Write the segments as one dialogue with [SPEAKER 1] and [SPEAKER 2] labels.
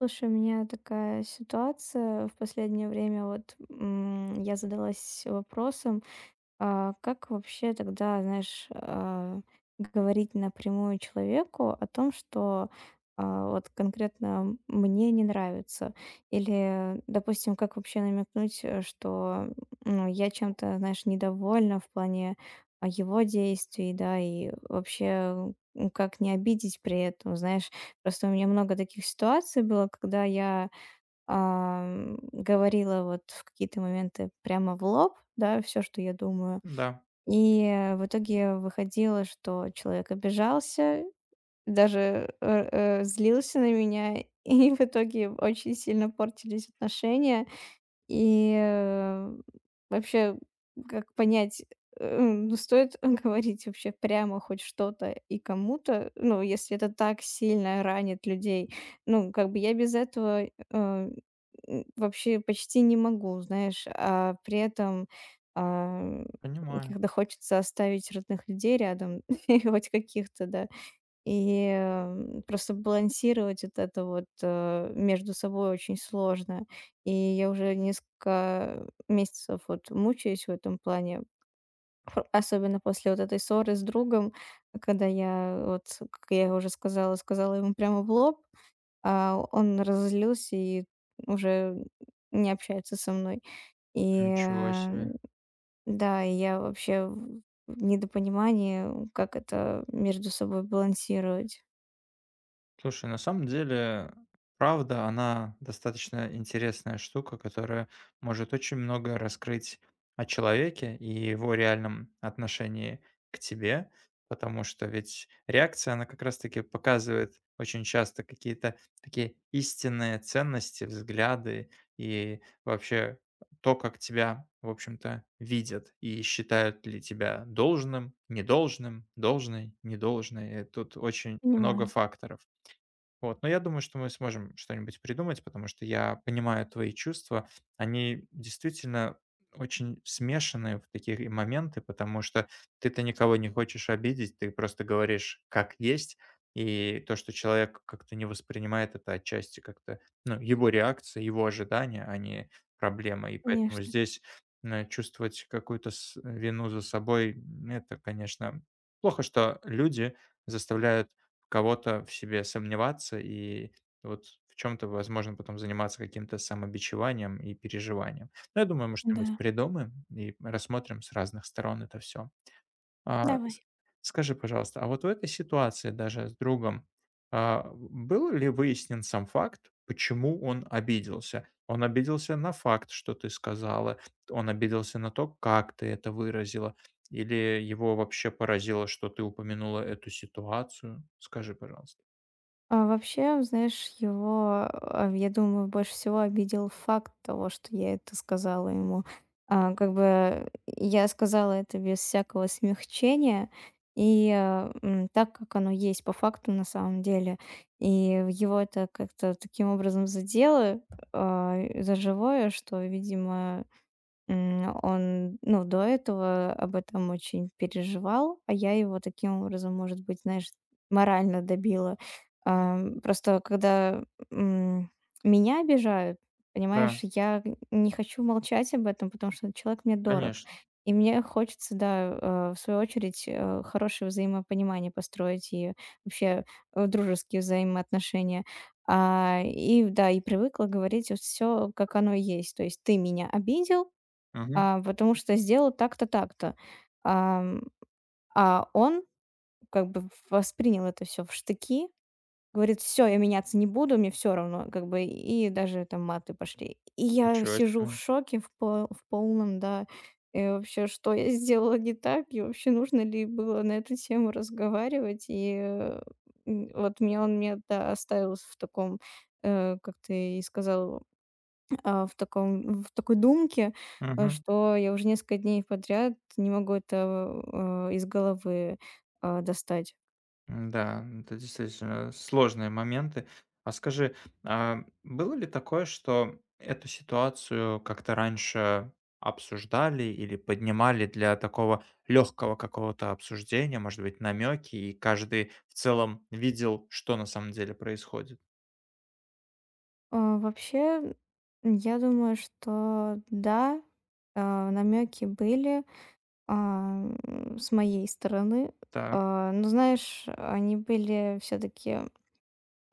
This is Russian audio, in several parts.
[SPEAKER 1] Слушай, у меня такая ситуация в последнее время. Я задалась вопросом, а как вообще тогда, знаешь, говорить напрямую человеку о том, что, вот конкретно мне не нравится? Или, допустим, как вообще намекнуть, что, ну, я чем-то, знаешь, недовольна в плане, его действий, да, и вообще, как не обидеть при этом, знаешь? Просто у меня много таких ситуаций было, когда я говорила вот в какие-то моменты прямо в лоб, да, все, что я думаю.
[SPEAKER 2] Да,
[SPEAKER 1] И в итоге выходило, что человек обижался, даже, злился на меня, и в итоге очень сильно портились отношения. И, э, вообще, как понять, ну, стоит говорить вообще прямо хоть что-то и кому-то, ну, если это так сильно ранит людей. Ну, как бы я без этого, вообще почти не могу, знаешь, а при этом, а,
[SPEAKER 2] понимаю.
[SPEAKER 1] когда хочется оставить родных людей рядом, хоть каких-то, да. Просто балансировать вот это вот, между собой очень сложно. И я уже несколько месяцев вот мучаюсь в этом плане, ф особенно после вот этой ссоры с другом, когда я вот, как я уже сказала, сказала ему прямо в лоб, а он разозлился и уже не общается со мной. И,
[SPEAKER 2] Ничего
[SPEAKER 1] э,
[SPEAKER 2] себе.
[SPEAKER 1] да, и я вообще в недопонимании, как это между собой балансировать.
[SPEAKER 2] Слушай, на самом деле, правда, она достаточно интересная штука, которая может очень много раскрыть о человеке и его реальном отношении к тебе, потому что ведь реакция, она как раз-таки показывает очень часто какие-то такие истинные ценности, взгляды и вообще то, как тебя, в общем-то, видят и считают ли тебя должным, недолжным, должной, недолжной. Тут очень много
[SPEAKER 1] Понимаю.
[SPEAKER 2] факторов. Вот, но я думаю, что мы сможем что-нибудь придумать, потому что я понимаю твои чувства. Они действительно очень смешанные в такие моменты, потому что ты-то никого не хочешь обидеть, ты просто говоришь как есть, и то, что человек как-то не воспринимает это отчасти как-то, ну, его реакция, его ожидания, а не проблема. И поэтому
[SPEAKER 1] Конечно,
[SPEAKER 2] здесь чувствовать какую-то вину за собой, это, конечно, плохо, что люди заставляют в кого-то в себе сомневаться и вот в чем-то, возможно, потом заниматься каким-то самобичеванием и переживанием. Но я думаю, мы что-нибудь
[SPEAKER 1] да.
[SPEAKER 2] придумаем и рассмотрим с разных сторон это все. А, с
[SPEAKER 1] Давай.
[SPEAKER 2] Скажи, пожалуйста, а вот в этой ситуации даже с другом, был ли выяснен сам факт, почему он обиделся? Он обиделся на факт, что ты сказала, он обиделся на то, как ты это выразила, или его вообще поразило, что ты упомянула эту ситуацию? Скажи, пожалуйста.
[SPEAKER 1] А вообще, знаешь, его, я думаю, больше всего обидел факт того, что я это сказала ему. А, как бы я сказала это без всякого смягчения, и так, как оно есть по факту на самом деле. И его это как-то таким образом задело, за живое, что, видимо, он, ну, до этого об этом очень переживал, а я его таким образом, может быть, знаешь, морально добила. Просто когда, м, меня обижают, понимаешь,
[SPEAKER 2] Да,
[SPEAKER 1] я не хочу молчать об этом, потому что человек мне дорог.
[SPEAKER 2] конечно.
[SPEAKER 1] И мне хочется, да, в свою очередь, хорошее взаимопонимание построить и вообще, дружеские взаимоотношения. И да, и привыкла говорить все, как оно есть. То есть: "Ты меня обидел,
[SPEAKER 2] Мгм.
[SPEAKER 1] потому что сделал так-то, так-то. Ам, а он как бы воспринял это все в штыки, говорит: все, я меняться не буду, мне все равно", как бы, и даже там маты пошли. И я
[SPEAKER 2] Ничего
[SPEAKER 1] сижу в
[SPEAKER 2] себе.
[SPEAKER 1] шоке в по в полном, да, вообще, что я сделала не так, и вообще нужно ли было на эту тему разговаривать. Вот меня он меня, да, оставил в таком, как ты и сказал в таком в такой думке,
[SPEAKER 2] Мгм.
[SPEAKER 1] что я уже несколько дней подряд не могу это, из головы, достать.
[SPEAKER 2] М-да, это действительно сложные моменты. А скажи, было ли такое, что эту ситуацию как-то раньше обсуждали или поднимали для такого легкого какого-то обсуждения, может быть, намеки, и каждый в целом видел, что на самом деле происходит?
[SPEAKER 1] Вообще, я думаю, что да, намеки были, с моей стороны.
[SPEAKER 2] Так.
[SPEAKER 1] Но знаешь, они были все таки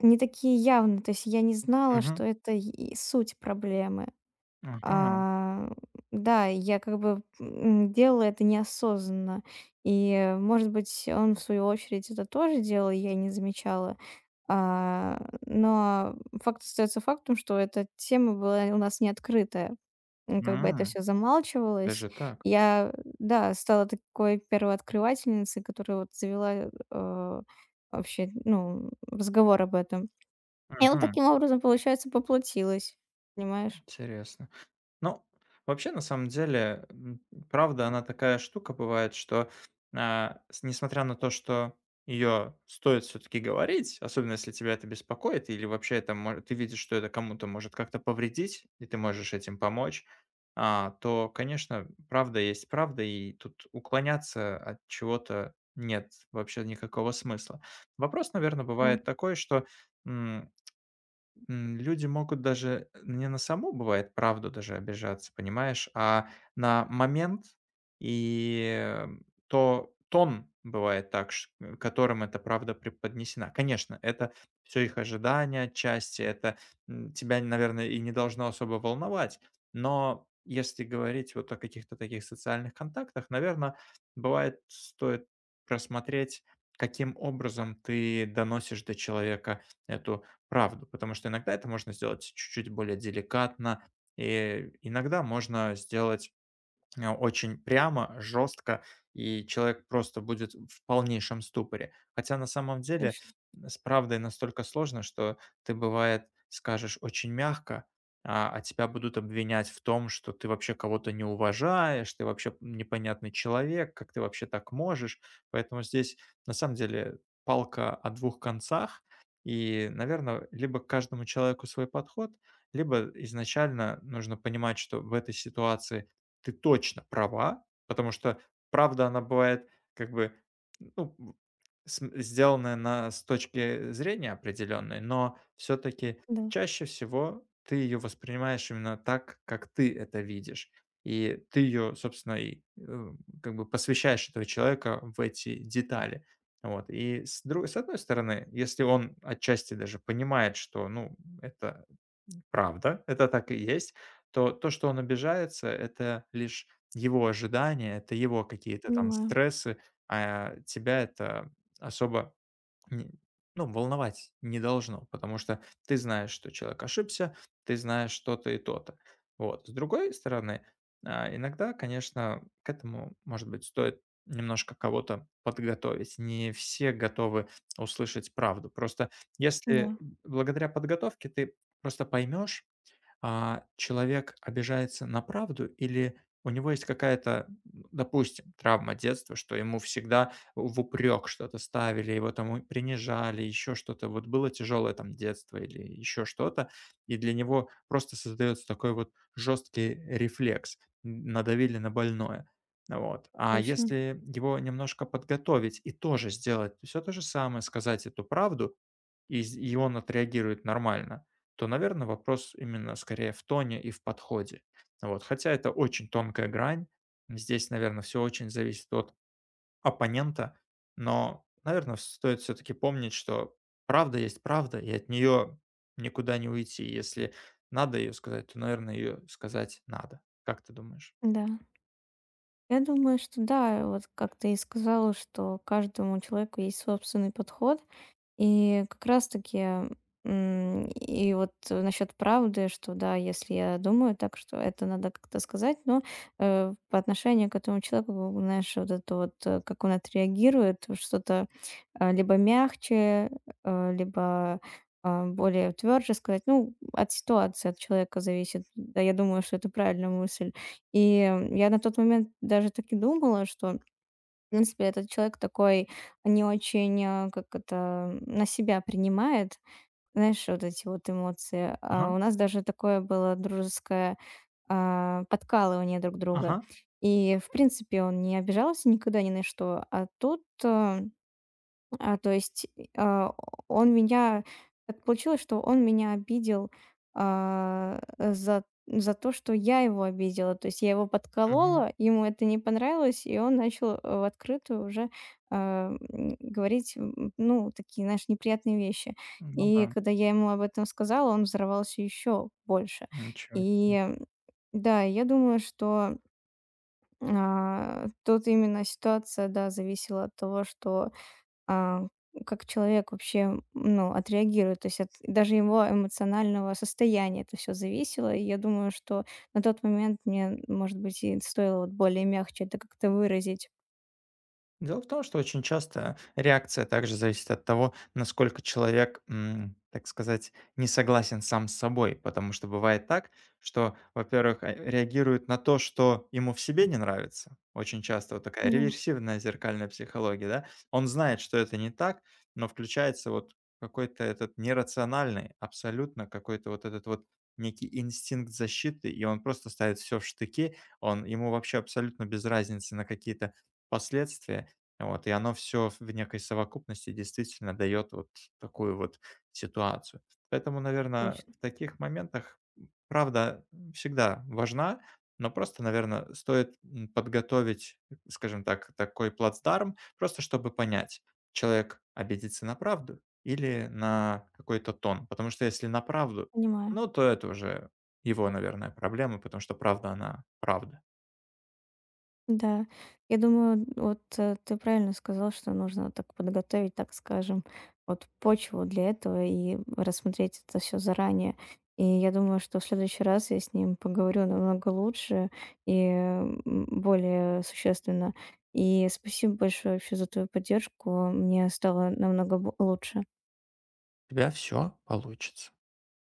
[SPEAKER 1] не такие явные. То есть я не знала,
[SPEAKER 2] Мгм.
[SPEAKER 1] что это и суть проблемы.
[SPEAKER 2] Ага.
[SPEAKER 1] А, да, я как бы, делала это неосознанно. И, может быть, он, в свою очередь, это тоже делал, и я не замечала. А, но факт остается фактом, что эта тема была у нас не открытая. Как бы это
[SPEAKER 2] М.
[SPEAKER 1] все замалчивалось.
[SPEAKER 2] Даже так.
[SPEAKER 1] Я, да, стала такой первооткрывательницей, которая вот завела, вообще, ну, разговор об этом. И вот
[SPEAKER 2] Мгм.
[SPEAKER 1] таким образом, получается, поплатилась. Понимаешь?
[SPEAKER 2] Интересно. Ну, вообще, на самом деле, правда, она такая штука бывает, что, а, с несмотря на то, что ее стоит все-таки говорить, особенно если тебя это беспокоит, или вообще это, ты видишь, что это кому-то может как-то повредить, и ты можешь этим помочь, то, конечно, правда есть правда, и тут уклоняться от чего-то нет вообще никакого смысла. Вопрос, наверное,
[SPEAKER 1] Да,
[SPEAKER 2] бывает такой, что люди могут даже не на саму, бывает, правду даже обижаться, понимаешь, а на момент и то тон бывает так, которым эта правда преподнесена. Конечно, это все их ожидания отчасти, это, тебя, наверное, и не должно особо волновать. Но если говорить вот о каких-то таких социальных контактах, наверное бывает, стоит просмотреть, каким образом ты доносишь до человека эту правду, потому что иногда это можно сделать чуть-чуть более деликатно, и иногда можно сделать очень прямо, жестко, и человек просто будет в полнейшем ступоре. Хотя на самом деле
[SPEAKER 1] точно,
[SPEAKER 2] с правдой настолько сложно, что ты, бывает, скажешь очень мягко, а тебя будут обвинять в том, что ты вообще кого-то не уважаешь, ты вообще непонятный человек, как ты вообще так можешь. Поэтому здесь на самом деле палка о двух концах. И, наверное, либо к каждому человеку свой подход, либо изначально нужно понимать, что в этой ситуации ты точно права, потому что правда, она бывает как бы, ну, сделанная на с точки зрения определенной, но все-таки
[SPEAKER 1] да.
[SPEAKER 2] чаще всего ты ее воспринимаешь именно так, как ты это видишь. И ты ее, собственно, и, как бы посвящаешь этого человека в эти детали. Вот. И с одной стороны, если он отчасти даже понимает, что, ну, это правда, это так и есть, то, что он обижается, это лишь его ожидания, это его какие-то там
[SPEAKER 1] Понимаю.
[SPEAKER 2] стрессы, а тебя это особо не ну, волновать не должно, потому что ты знаешь, что человек ошибся, ты знаешь то-то и то-то. Вот. С другой стороны, иногда, конечно, к этому, может быть, стоит немножко кого-то подготовить. Не все готовы услышать правду. Просто
[SPEAKER 1] Да,
[SPEAKER 2] если благодаря подготовке ты просто поймешь, человек обижается на правду или у него есть какая-то, допустим, травма детства, что ему всегда в упрек что-то ставили, его там принижали, еще что-то, вот было тяжелое там детство или еще что-то, и для него просто создается такой вот жесткий рефлекс, надавили на больное. Вот. А
[SPEAKER 1] точно.
[SPEAKER 2] если его немножко подготовить и тоже сделать все то же самое, сказать эту правду, и он отреагирует нормально, то, наверное, вопрос именно скорее в тоне и в подходе. Вот, хотя это очень тонкая грань. Здесь, наверное, все очень зависит от оппонента, но, наверное, стоит все таки помнить, что правда есть правда, и от нее никуда не уйти. Если надо ее сказать, то, наверное, ее сказать надо. Как ты думаешь?
[SPEAKER 1] Да. Я думаю, что да, вот как ты и сказала, что каждому человеку есть собственный подход. И как раз-таки, и вот насчет правды, что да, если я думаю так, что это надо как-то сказать, но, по отношению к этому человеку, знаешь, вот это вот, как он отреагирует, что-то, либо мягче, либо, более тверже сказать. Ну, от ситуации, от человека зависит. Да, я думаю, что это правильная мысль. И я на тот момент даже так и думала, что в принципе, этот человек такой не очень, как это, на себя принимает, знаешь, вот эти вот эмоции. А
[SPEAKER 2] Ага,
[SPEAKER 1] у нас даже такое было дружеское подкалывание друг друга.
[SPEAKER 2] ага,
[SPEAKER 1] И, в принципе, он не обижался никогда ни на что. А тут а, то есть, а, он меня так получилось, что он меня обидел, за то, что я его обидела. То есть я его
[SPEAKER 2] мгм.
[SPEAKER 1] подколола, ему это не понравилось, и он начал, в открытую уже, говорить, ну, такие, знаешь, неприятные вещи.
[SPEAKER 2] Ну
[SPEAKER 1] И
[SPEAKER 2] да,
[SPEAKER 1] когда я ему об этом сказала, он взорвался еще больше.
[SPEAKER 2] ничего
[SPEAKER 1] И
[SPEAKER 2] себе.
[SPEAKER 1] м, да, я думаю, что, тут именно ситуация, да, зависела от того, что а, как человек вообще, ну, отреагирует. То есть от даже его эмоционального состояния это все зависело. И я думаю, что на тот момент мне, может быть, и стоило вот более мягче это как-то выразить.
[SPEAKER 2] Дело в том, что очень часто реакция также зависит от того, насколько человек, так сказать, не согласен сам с собой. Потому что бывает так, что, во-первых, реагирует на то, что ему в себе не нравится. Очень часто вот такая
[SPEAKER 1] Да,
[SPEAKER 2] реверсивная зеркальная психология, да. Он знает, что это не так, но включается вот какой-то этот нерациональный, абсолютно какой-то вот этот вот некий инстинкт защиты, и он просто ставит все в штыки, он, ему вообще абсолютно без разницы на какие-то последствия, вот, и оно все в некой совокупности действительно дает вот такую вот ситуацию. Поэтому, наверное,
[SPEAKER 1] точно,
[SPEAKER 2] в таких моментах, правда, всегда важна, но просто, наверное, стоит, подготовить, скажем так, такой плацдарм, просто чтобы понять, человек обидится на правду или на какой-то тон. Потому что если на правду,
[SPEAKER 1] понимаю.
[SPEAKER 2] ну, то это уже его, наверное, проблемы, потому что правда, она правда.
[SPEAKER 1] Да, я думаю, ты правильно сказал, что нужно так подготовить, так скажем, вот почву для этого и рассмотреть это все заранее. И я думаю, что в следующий раз я с ним поговорю намного лучше и более существенно. И спасибо большое вообще за твою поддержку. Мне стало намного бо- лучше.
[SPEAKER 2] У тебя все получится.